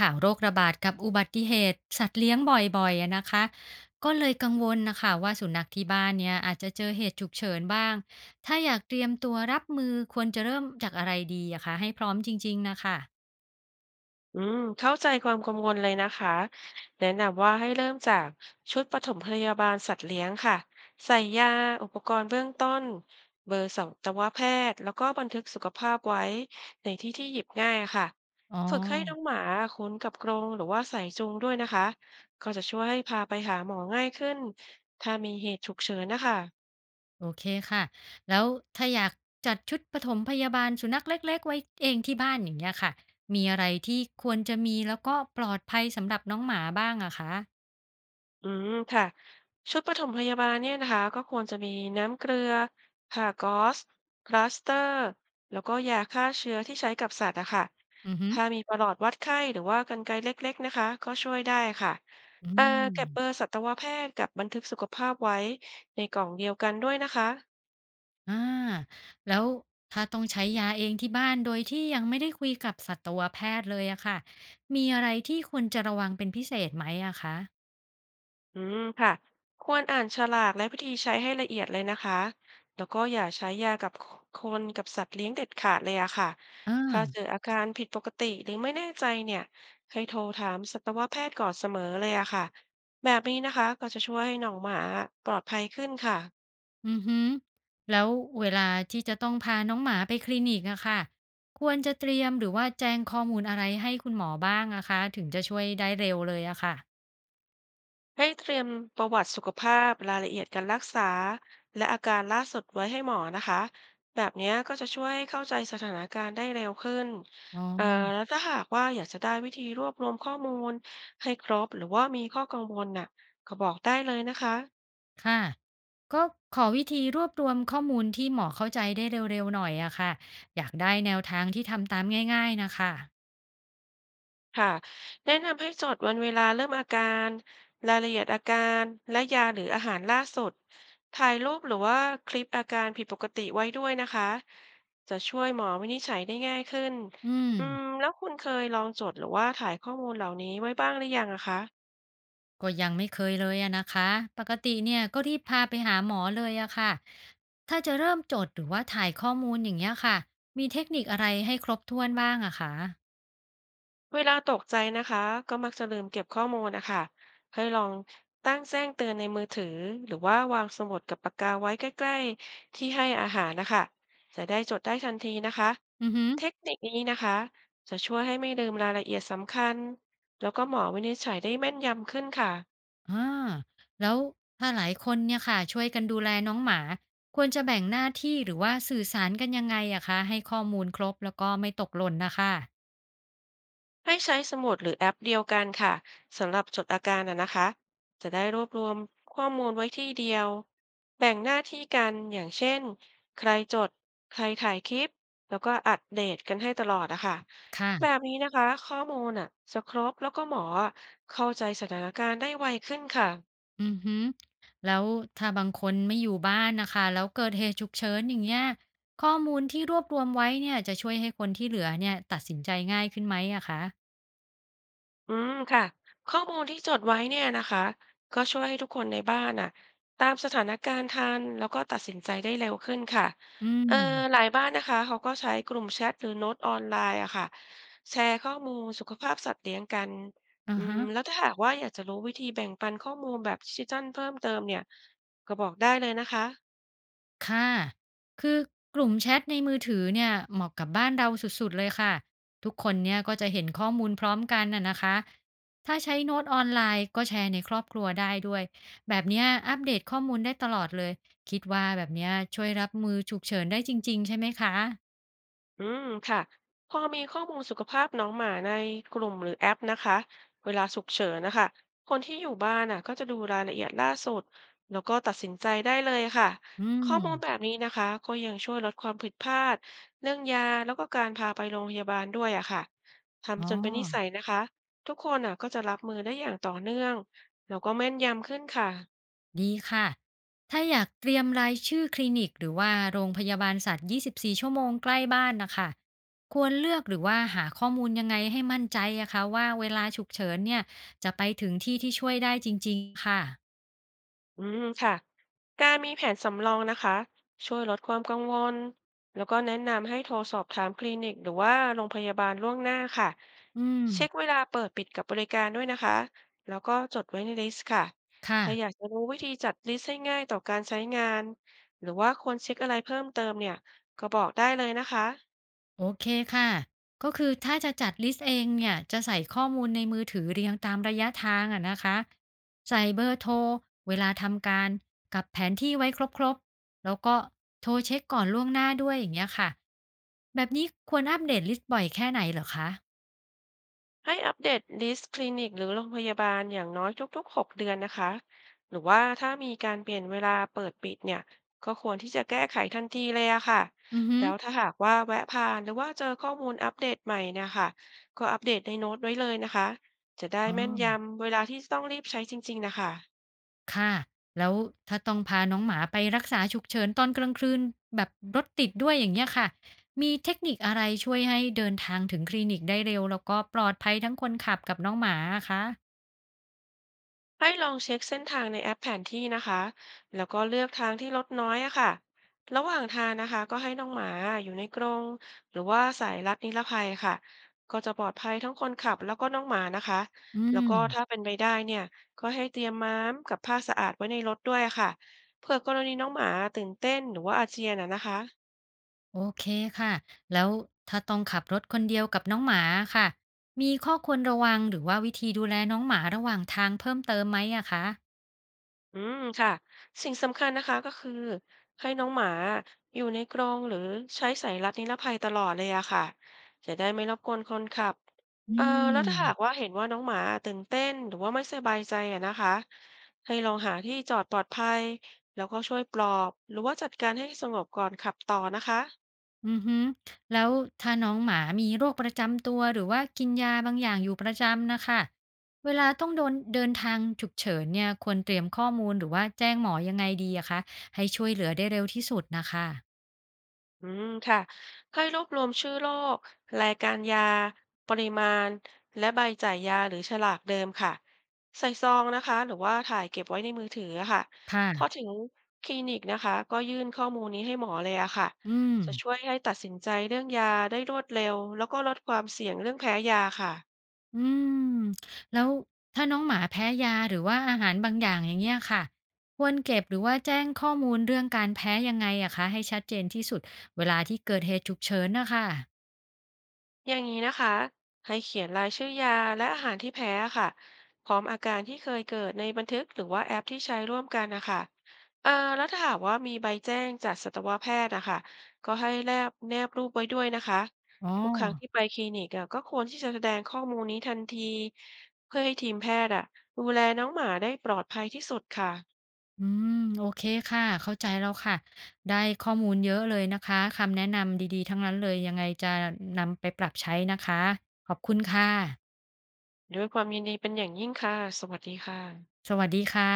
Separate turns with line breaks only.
ข่าวโรคระบาดกับอุบัติเหตุสัตว์เลี้ยงบ่อยๆอะนะคะก็เลยกังวลนะคะว่าสุนัขที่บ้านเนี่ยอาจจะเจอเหตุฉุกเฉินบ้างถ้าอยากเตรียมตัวรับมือควรจะเริ่มจากอะไรดีอะคะให้พร้อมจริงๆนะคะ
อืมเข้าใจความกังวลเลยนะคะ แนะนำว่าให้เริ่มจากชุดปฐมพยาบาลสัตว์เลี้ยงค่ะ ใส่ยาอุปกรณ์เบื้องต้นเบอร์สัตวแพทย์แล้วก็บันทึกสุขภาพไว้ในที่ที่หยิบง่ายค่ะ
อ๋อ
ฝึกให้น้องหมาคุ้นกับกรงหรือว่าสายจูงด้วยนะคะ ก็จะช่วยให้พาไปหาหมอง่ายขึ้นถ้ามีเหตุฉุกเฉินนะคะ
โอเคค่ะแล้วถ้าอยากจัดชุดปฐมพยาบาลสุนัขเล็กๆไว้เองที่บ้านอย่างเงี้ยค่ะมีอะไรที่ควรจะมีแล้วก็ปลอดภัยสำหรับน้องหมาบ้างอะคะ
อืมค่ะชุดปฐมพยาบาลเนี่ยนะคะก็ควรจะมีน้ำเกลือผ้าก๊อซพลาสเตอร์แล้วก็ยาฆ่าเชื้อที่ใช้กับสัตว์อะค่ะ
อือฮึ
ถ้ามีประหลอดวัดไข้หรือว่ากรรไกรเล็กๆนะคะก็ช่วยได้ค่ะ
อื
เอ่อ
ม
เก็บเบอร์สัตวแพทย์กับบันทึกสุขภาพไว้ในกล่องเดียวกันด้วยนะคะ
อาแล้วถ้าต้องใช้ยาเองที่บ้านโดยที่ยังไม่ได้คุยกับสัตวแพทย์เลยอะค่ะมีอะไรที่ควรจะระวังเป็นพิเศษไหมอะคะ
อืมค่ะควรอ่านฉลากและวิธีใช้ให้ละเอียดเลยนะคะแล้วก็อย่าใช้ยากับคนกับสัตว์เลี้ยงเด็ดขาดเลยอะค่ะ
เอ
ถ้าเจอ
า
อาการผิดปกติหรือไม่แน่ใจเนี่ยให้โทรถามสัตวแพทย์ก่อนเสมอเลยอะค่ะแบบนี้นะคะก็จะช่วยให้น้องหมาปลอดภัยขึ้นค่ะ
อือฮึแล้วเวลาที่จะต้องพาน้องหมาไปคลินิกอะค่ะควรจะเตรียมหรือว่าแจ้งข้อมูลอะไรให้คุณหมอบ้างอะคะถึงจะช่วยได้เร็วเลยอะค่ะ
ให้เตรียมประวัติสุขภาพรายละเอียดการรักษาและอาการล่าสุดไว้ให้หมอนะคะแบบเนี้ยก็จะช่วยให้เข้าใจสถานการณ์ได้เร็วขึ้น
อ๋
เอ่อ
อ
แล้วถ้าหากว่าอยากจะได้วิธีรวบรวมข้อมูลให้ครบหรือว่ามีข้อกังวลน่ะก็บอกได้เลยนะคะ
ค่ะก็ขอวิธีรวบรวมข้อมูลที่หมอเข้าใจได้เร็วๆหน่อยอะค่ะอยากได้แนวทางที่ทำตามง่ายๆน่ะค่ะ
ค่ะแนะนำให้จดวันเวลาเริ่มอาการรายละเอียดอาการและยาหรืออาหารล่าสุดถ่ายรูปหรือว่าคลิปอาการผิดปกติไว้ด้วยนะคะจะช่วยหมอวินิจฉัยได้ง่ายขึ้น
อืม
อืมแล้วคุณเคยลองจดหรือว่าถ่ายข้อมูลเหล่านี้ไว้บ้างหรือยังอะคะ
ก็ยังไม่เคยเลยอะนะคะปกติเนี่ยก็รีบพาไปหาหมอเลยอะค่ะถ้าจะเริ่มจดหรือว่าถ่ายข้อมูลอย่างเงี้ยค่ะมีเทคนิคอะไรให้ครบถ้วนบ้างอะคะ
เวลาตกใจนะคะก็มักจะลืมเก็บข้อมูลนะคะให้ลองตั้งแจ้งเตือนในมือถือหรือว่าวางสมุดกับปากกาไว้ใกล้ๆที่ให้อาหารนะคะจะได้จดได้ทันทีนะคะ
อือฮอ
เทคนิคนี้นะคะจะช่วยให้ไม่ลืมรายละเอียดสำคัญแล้วก็หมอวินิจฉัยได้แม่นยำขึ้นค่ะ
อ่าแล้วถ้าหลายคนเนี่ยค่ะช่วยกันดูแลน้องหมาควรจะแบ่งหน้าที่หรือว่าสื่อสารกันยังไงอะคะให้ข้อมูลครบแล้วก็ไม่ตกหล่นนะคะ
ให้ใช้สมุดหรือแอปเดียวกันค่ะสำหรับจดอาการนะคะจะได้รวบรวมข้อมูลไว้ที่เดียวแบ่งหน้าที่กันอย่างเช่นใครจดใครถ่ายคลิปแล้วก็อัปเดตกันให้ตลอดอะค่ะ
ค่ะ
แบบนี้นะคะข้อมูลอ่ะจะครบแล้วก็หมอเข้าใจสถานการณ์ได้ไวขึ้นค่ะ
อือฮึแล้วถ้าบางคนไม่อยู่บ้านนะคะแล้วเกิดเหตุฉุกเฉินอย่างเงี้ยข้อมูลที่รวบรวมไว้เนี่ยจะช่วยให้คนที่เหลือเนี่ยตัดสินใจง่ายขึ้นไหมอะคะ
อืมค่ะข้อมูลที่จดไว้เนี่ยนะคะก็ช่วยให้ทุกคนในบ้านอ่ะตามสถานการณ์ทันแล้วก็ตัดสินใจได้เร็วขึ้นค่ะ
อื
เออ
ม
หลายบ้านนะคะเขาก็ใช้กลุ่มแชทหรือโน้ตออนไลน์อะค่ะแชร์ข้อมูลสุขภาพสัตว์เลี้ยงกัน
อะ
อืม
ฮะ
แล้วถ้าหากว่าอยากจะรู้วิธีแบ่งปันข้อมูลแบบดิจิทัลเพิ่มเติมเนี่ยก็บอกได้เลยนะคะ
ค่ะคือกลุ่มแชทในมือถือเนี่ยเหมาะกับบ้านเราสุดๆเลยค่ะทุกคนเนี่ยก็จะเห็นข้อมูลพร้อมกันน่ะนะคะถ้าใช้โน้ตออนไลน์ก็แชร์ในครอบครัวได้ด้วยแบบเนี้ยอัปเดตข้อมูลได้ตลอดเลยคิดว่าแบบเนี้ยช่วยรับมือฉุกเฉินได้จริงๆใช่ไหมคะ
อืมค่ะพอมีข้อมูลสุขภาพน้องหมาในกลุ่มหรือแอปนะคะเวลาฉุกเฉินนะคะคนที่อยู่บ้านน่ะก็จะดูรายละเอียดล่าสุดแล้วก็ตัดสินใจได้เลยค่ะ
อืม
ข้อมูลแบบนี้นะคะก็ยังช่วยลดความผิดพลาดเรื่องยาแล้วก็การพาไปโรงพยาบาลด้วยอะค่ะ
อ๋อ
ทำจนเป็นนิสัยนะคะทุกคนน่ะก็จะรับมือได้อย่างต่อเนื่องแล้วก็แม่นยำขึ้นค่ะ
ดีค่ะ ถ้าอยากเตรียมรายชื่อคลินิกหรือว่าโรงพยาบาลสัตว์24ชั่วโมงใกล้บ้านนะคะควรเลือกหรือว่าหาข้อมูลยังไงให้มั่นใจอะคะว่าเวลาฉุกเฉินเนี่ยจะไปถึงที่ที่ช่วยได้จริงๆค่ะ
อืมค่ะการมีแผนสำรองนะคะช่วยลดความกังวลแล้วก็แนะนำให้โทรสอบถามคลินิกหรือว่าโรงพยาบาลล่วงหน้าค่ะ
อื
เช็คเว
ม
ลาเปิดปิดกับบริการด้วยนะคะแล้วก็จดไว้ในลิสต์ค่ะ
ค่ะ
ถ้าอยากจะรู้วิธีจัดลิสต์ให้ง่ายต่อการใช้งานหรือว่าควรเช็คอะไรเพิ่มเติมเนี่ยก็บอกได้เลยนะคะ
โอเคค่ะ ก็คือถ้าจะจัดลิสต์เองเนี่ยจะใส่ข้อมูลในมือถือเรียงตามระยะทางอะนะคะใส่เบอร์โทรเวลาทำการกับแผนที่ไว้ครบๆแล้วก็โทรเช็คก่อนล่วงหน้าด้วยอย่างเงี้ยค่ะแบบนี้ควรอัปเดตลิสต์บ่อยแค่ไหนเหรอคะ
ให้อัปเดตลิสต์คลินิกหรือโรงพยาบาลอย่างน้อยทุกๆ6เดือนนะคะหรือว่าถ้ามีการเปลี่ยนเวลาเปิดปิดเนี่ยก็ควรที่จะแก้ไขทันทีเลยอะค่ะ
อือฮึ
แล้วถ้าหากว่าแวะผ่านหรือว่าเจอข้อมูลอัปเดตใหม่เนะคะก็อัปเดตในโน้ตไว้เลยนะคะจะได้
อ๋อ
แม่นยำเวลาที่ต้องรีบใช้จริงๆนะคะ
ค่ะแล้วถ้าต้องพาน้องหมาไปรักษาฉุกเฉินตอนกลางคืนแบบรถติดด้วยอย่างเงี้ยค่ะมีเทคนิคอะไรช่วยให้เดินทางถึงคลินิกได้เร็วแล้วก็ปลอดภัยทั้งคนขับกับน้องหมาอะคะ
ให้ลองเช็คเส้นทางในแอปแผนที่นะคะแล้วก็เลือกทางที่รถน้อยอะค่ะระหว่างทางนะคะก็ให้น้องหมาอยู่ในกรงหรือว่าสายรัดนิรภัยค่ะก็จะปลอดภัยทั้งคนขับแล้วก็น้องหมานะคะ
อื
แล้วก็ถ้า
ม
เป็นไปได้เนี่ยก็ให้เตรียมม้ามกับผ้าสะอาดไว้ในรถด้วยค่ะเผื่อกรณีน้องหมาตื่นเต้นหรือว่าอาเจียนอะนะคะ
โอเคค่ะแล้วถ้าต้องขับรถคนเดียวกับน้องหมาค่ะมีข้อควรระวังหรือว่าวิธีดูแลน้องหมาระหว่างทางเพิ่มเติมไหมอะคะ
อืมค่ะสิ่งสำคัญนะคะก็คือให้น้องหมาอยู่ในกรงหรือใช้สายรัดนิรภัยตลอดเลยอะค่ะจะได้ไม่รบกวนคนขับ
อื
เอ่อแล้วถ้าหาก
ม
ว่าเห็นว่าน้องหมาตื่นเต้นหรือว่าไม่สบายใจอะนะคะให้ลองหาที่จอดปลอดภัยแล้วก็ช่วยปลอบหรือว่าจัดการให้สงบก่อนขับต่อนะคะ
อือฮึแล้วถ้าน้องหมามีโรคประจำตัวหรือว่ากินยาบางอย่างอยู่ประจำนะคะเวลาต้องโดนเดินทางฉุกเฉินเนี่ยควรเตรียมข้อมูลหรือว่าแจ้งหมอยังไงดีอะคะให้ช่วยเหลือได้เร็วที่สุดนะคะ
อืมค่ะให้รวบรวมชื่อโรครายการยาปริมาณและใบจ่ายยาหรือฉลากเดิมค่ะใส่ซองนะคะหรือว่าถ่ายเก็บไว้ในมือถืออะค่ะ
ค่ะ
พอถึงคลินิกนะคะก็ยื่นข้อมูลนี้ให้หมอเลยอะค่ะ
อืม
จะช่วยให้ตัดสินใจเรื่องยาได้รวดเร็วแล้วก็ลดความเสี่ยงเรื่องแพ้ยาค่ะ
อืมแล้วถ้าน้องหมาแพ้ยาหรือว่าอาหารบางอย่างอย่างเงี้ยค่ะควรเก็บหรือว่าแจ้งข้อมูลเรื่องการแพ้ยังไงอะคะให้ชัดเจนที่สุดเวลาที่เกิดเหตุฉุกเฉินนะคะ
อย่างนี้นะคะให้เขียนรายชื่อยาและอาหารที่แพ้ค่ะพร้อมอาการที่เคยเกิดในบันทึกหรือว่าแอปที่ใช้ร่วมกันนะคะแล้วถ้าหากว่ามีใบแจ้งจากสัตวแพทย์นะคะก็ให้แนบรูปไว้ด้วยนะคะ
อ๋อ
ทุกครั้งที่ไปคลินิกอะก็ควรที่จะแสดงข้อมูลนี้ทันทีเพื่อให้ทีมแพทย์อะดูแลน้องหมาได้ปลอดภัยที่สุดค่ะ
อืมโอเคค่ะเข้าใจแล้วค่ะได้ข้อมูลเยอะเลยนะคะคำแนะนำดีๆทั้งนั้นเลยยังไงจะนำไปปรับใช้นะคะขอบคุณค่ะ
ด้วยความยินดีเป็นอย่างยิ่งค่ะสวัสดีค่ะ
สวัสดีค่ะ